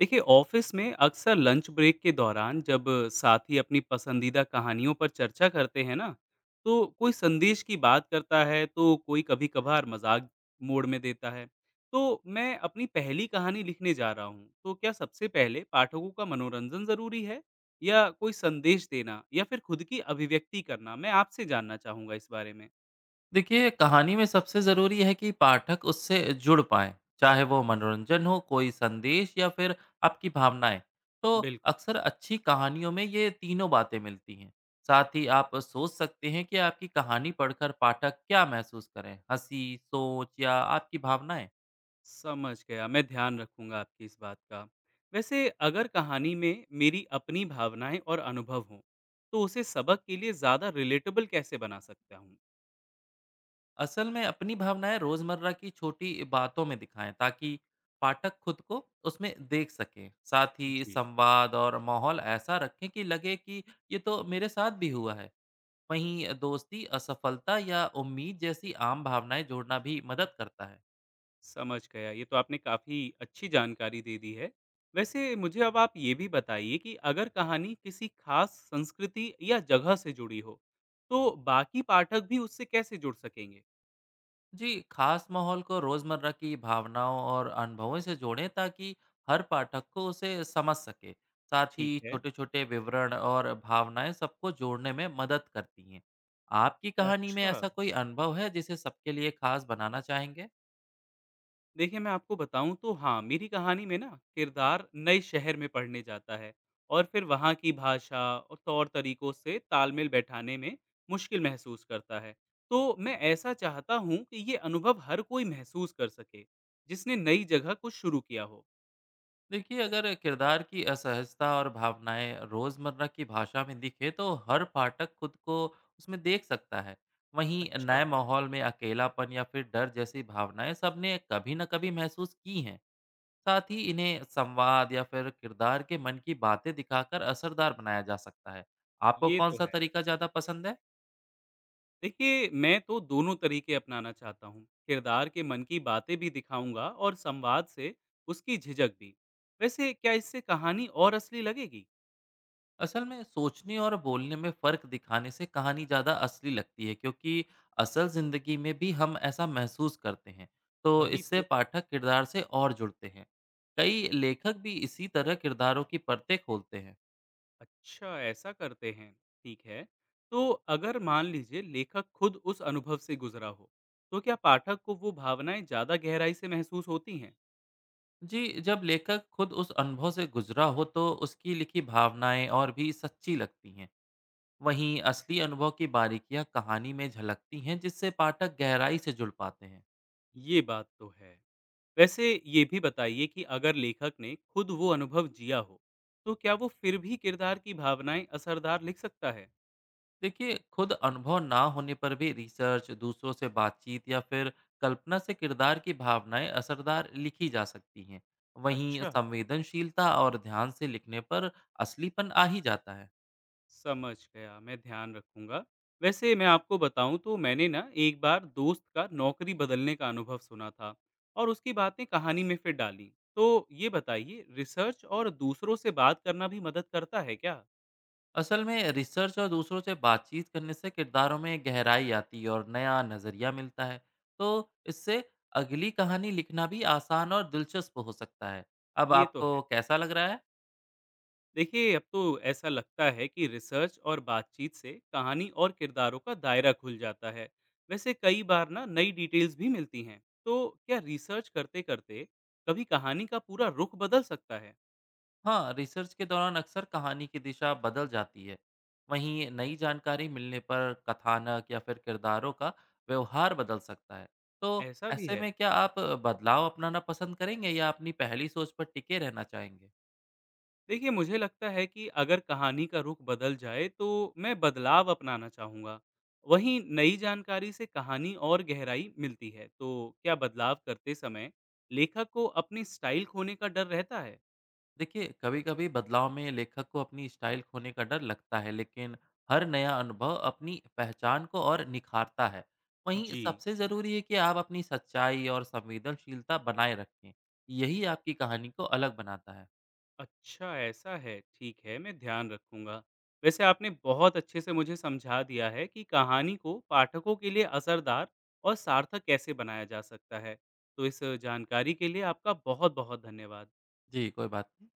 देखिए ऑफिस में अक्सर लंच ब्रेक के दौरान जब साथी अपनी पसंदीदा कहानियों पर चर्चा करते हैं ना, तो कोई संदेश की बात करता है, तो कोई कभी कभार मजाक मोड़ में देता है। तो मैं अपनी पहली कहानी लिखने जा रहा हूँ, तो क्या सबसे पहले पाठकों का मनोरंजन जरूरी है या कोई संदेश देना या फिर खुद की अभिव्यक्ति करना? मैं आपसे जानना चाहूंगा इस बारे में। देखिए, कहानी में सबसे ज़रूरी है कि पाठक उससे जुड़ पाए। चाहे वो मनोरंजन हो, कोई संदेश या फिर आपकी भावनाएं। तो बिल्कुल। अक्सर अच्छी कहानियों में ये तीनों बातें मिलती हैं। साथ ही आप सोच सकते हैं कि आपकी कहानी पढ़कर पाठक क्या महसूस करें, हंसी, सोच या आपकी भावनाएं। समझ गया, मैं ध्यान रखूँगा आपकी इस बात का। वैसे अगर कहानी में मेरी अपनी भावनाएँ और अनुभव हों, तो उसे सबक के लिए ज़्यादा रिलेटेबल कैसे बना सकता हूँ? असल में अपनी भावनाएं रोजमर्रा की छोटी बातों में दिखाएं, ताकि पाठक खुद को उसमें देख सकें। साथ ही जी। संवाद और माहौल ऐसा रखें कि लगे कि ये तो मेरे साथ भी हुआ है। वहीं दोस्ती, असफलता या उम्मीद जैसी आम भावनाएं जोड़ना भी मदद करता है। समझ गया, ये तो आपने काफ़ी अच्छी जानकारी दे दी है। वैसे मुझे अब आप ये भी बताइए कि अगर कहानी किसी खास संस्कृति या जगह से जुड़ी हो, तो बाकी पाठक भी उससे कैसे जुड़ सकेंगे? जी, खास माहौल को रोजमर्रा की भावनाओं और अनुभवों से जोड़ें, ताकि हर पाठक को उसे समझ सके। साथ ही ठीक है। छोटे छोटे विवरण और भावनाएं सबको जोड़ने में मदद करती हैं। आपकी कहानी में अच्छा। ऐसा कोई अनुभव है जिसे सबके लिए खास बनाना चाहेंगे? देखिए, मैं आपको बताऊँ तो हाँ, मेरी कहानी में ना किरदार नए शहर में पढ़ने जाता है, और फिर वहाँ की भाषा और तौर-तरीकों से तालमेल बैठाने में मुश्किल महसूस करता है। तो मैं ऐसा चाहता हूँ कि ये अनुभव हर कोई महसूस कर सके, जिसने नई जगह कुछ शुरू किया हो। देखिए, अगर किरदार की असहजता और भावनाएं रोजमर्रा की भाषा में दिखे तो हर पाठक खुद को उसमें देख सकता है। वहीं नए अच्छा। माहौल में अकेलापन या फिर डर जैसी भावनाएं सबने कभी न कभी महसूस की हैं। साथ ही इन्हें संवाद या फिर किरदार के मन की बातें दिखाकर असरदार बनाया जा सकता है। आपको ये कौन तो सा है। तरीका ज़्यादा पसंद है? देखिए, मैं तो दोनों तरीके अपनाना चाहता हूँ। किरदार के मन की बातें भी दिखाऊँगा और संवाद से उसकी झिझक भी। वैसे क्या इससे कहानी और असली लगेगी? असल में सोचने और बोलने में फ़र्क दिखाने से कहानी ज़्यादा असली लगती है, क्योंकि असल ज़िंदगी में भी हम ऐसा महसूस करते हैं। तो वही इससे तो। पाठक किरदार से और जुड़ते हैं। कई लेखक भी इसी तरह किरदारों की परतें खोलते हैं। अच्छा, ऐसा करते हैं। ठीक है। तो अगर मान लीजिए लेखक खुद उस अनुभव से गुज़रा हो, तो क्या पाठक को वो भावनाएँ ज़्यादा गहराई से महसूस होती हैं? जी, जब लेखक खुद उस अनुभव से गुजरा हो तो उसकी लिखी भावनाएं और भी सच्ची लगती हैं। वहीं असली अनुभव की बारीकियां कहानी में झलकती हैं, जिससे पाठक गहराई से जुड़ पाते हैं। ये बात तो है। वैसे ये भी बताइए कि अगर लेखक ने खुद वो अनुभव जिया हो, तो क्या वो फिर भी किरदार की भावनाएँ असरदार लिख सकता है? देखिए, खुद अनुभव ना होने पर भी रिसर्च, दूसरों से बातचीत या फिर कल्पना से किरदार की भावनाएं असरदार लिखी जा सकती हैं। वहीं अच्छा। संवेदनशीलता और ध्यान से लिखने पर असलीपन आ ही जाता है। समझ गया, मैं ध्यान रखूँगा। वैसे मैं आपको बताऊँ तो मैंने ना एक बार दोस्त का नौकरी बदलने का अनुभव सुना था और उसकी बातें कहानी में फिर डाली। तो ये बताइए, रिसर्च और दूसरों से बात करना भी मदद करता है क्या? असल में रिसर्च और दूसरों से बातचीत करने से किरदारों में गहराई आती है और नया नज़रिया मिलता है। तो इससे अगली कहानी लिखना भी आसान और दिलचस्प हो सकता है। अब ये तो है। आपको कैसा लग रहा है? देखिए, अब तो ऐसा लगता है कि रिसर्च और बातचीत से कहानी और किरदारों का दायरा खुल जाता है। वैसे कई बार ना नई डिटेल्स भी मिलती हैं। तो क्या रिसर्च करते करते कभी कहानी का पूरा रुख बदल सकता है? हाँ, रिसर्च के दौरान अक्सर कहानी की दिशा बदल जाती है। वहीं नई जानकारी मिलने पर कथानक या फिर किरदारों का व्यवहार बदल सकता है। तो ऐसा भी ऐसे है। में क्या आप बदलाव अपनाना पसंद करेंगे या अपनी पहली सोच पर टिके रहना चाहेंगे? देखिए, मुझे लगता है कि अगर कहानी का रुख बदल जाए तो मैं बदलाव अपनाना चाहूँगा। वहीं नई जानकारी से कहानी और गहराई मिलती है। तो क्या बदलाव करते समय लेखक को अपनी स्टाइल खोने का डर रहता है? देखिए, कभी-कभी बदलाव में लेखक को अपनी स्टाइल खोने का डर लगता है, लेकिन हर नया अनुभव अपनी पहचान को और निखारता है। वहीं जी। सबसे ज़रूरी है कि आप अपनी सच्चाई और संवेदनशीलता बनाए रखें। यही आपकी कहानी को अलग बनाता है। अच्छा, ऐसा है। ठीक है, मैं ध्यान रखूँगा। वैसे आपने बहुत अच्छे से मुझे समझा दिया है कि कहानी को पाठकों के लिए असरदार और सार्थक कैसे बनाया जा सकता है। तो इस जानकारी के लिए आपका बहुत-बहुत धन्यवाद। जी, कोई बात नहीं।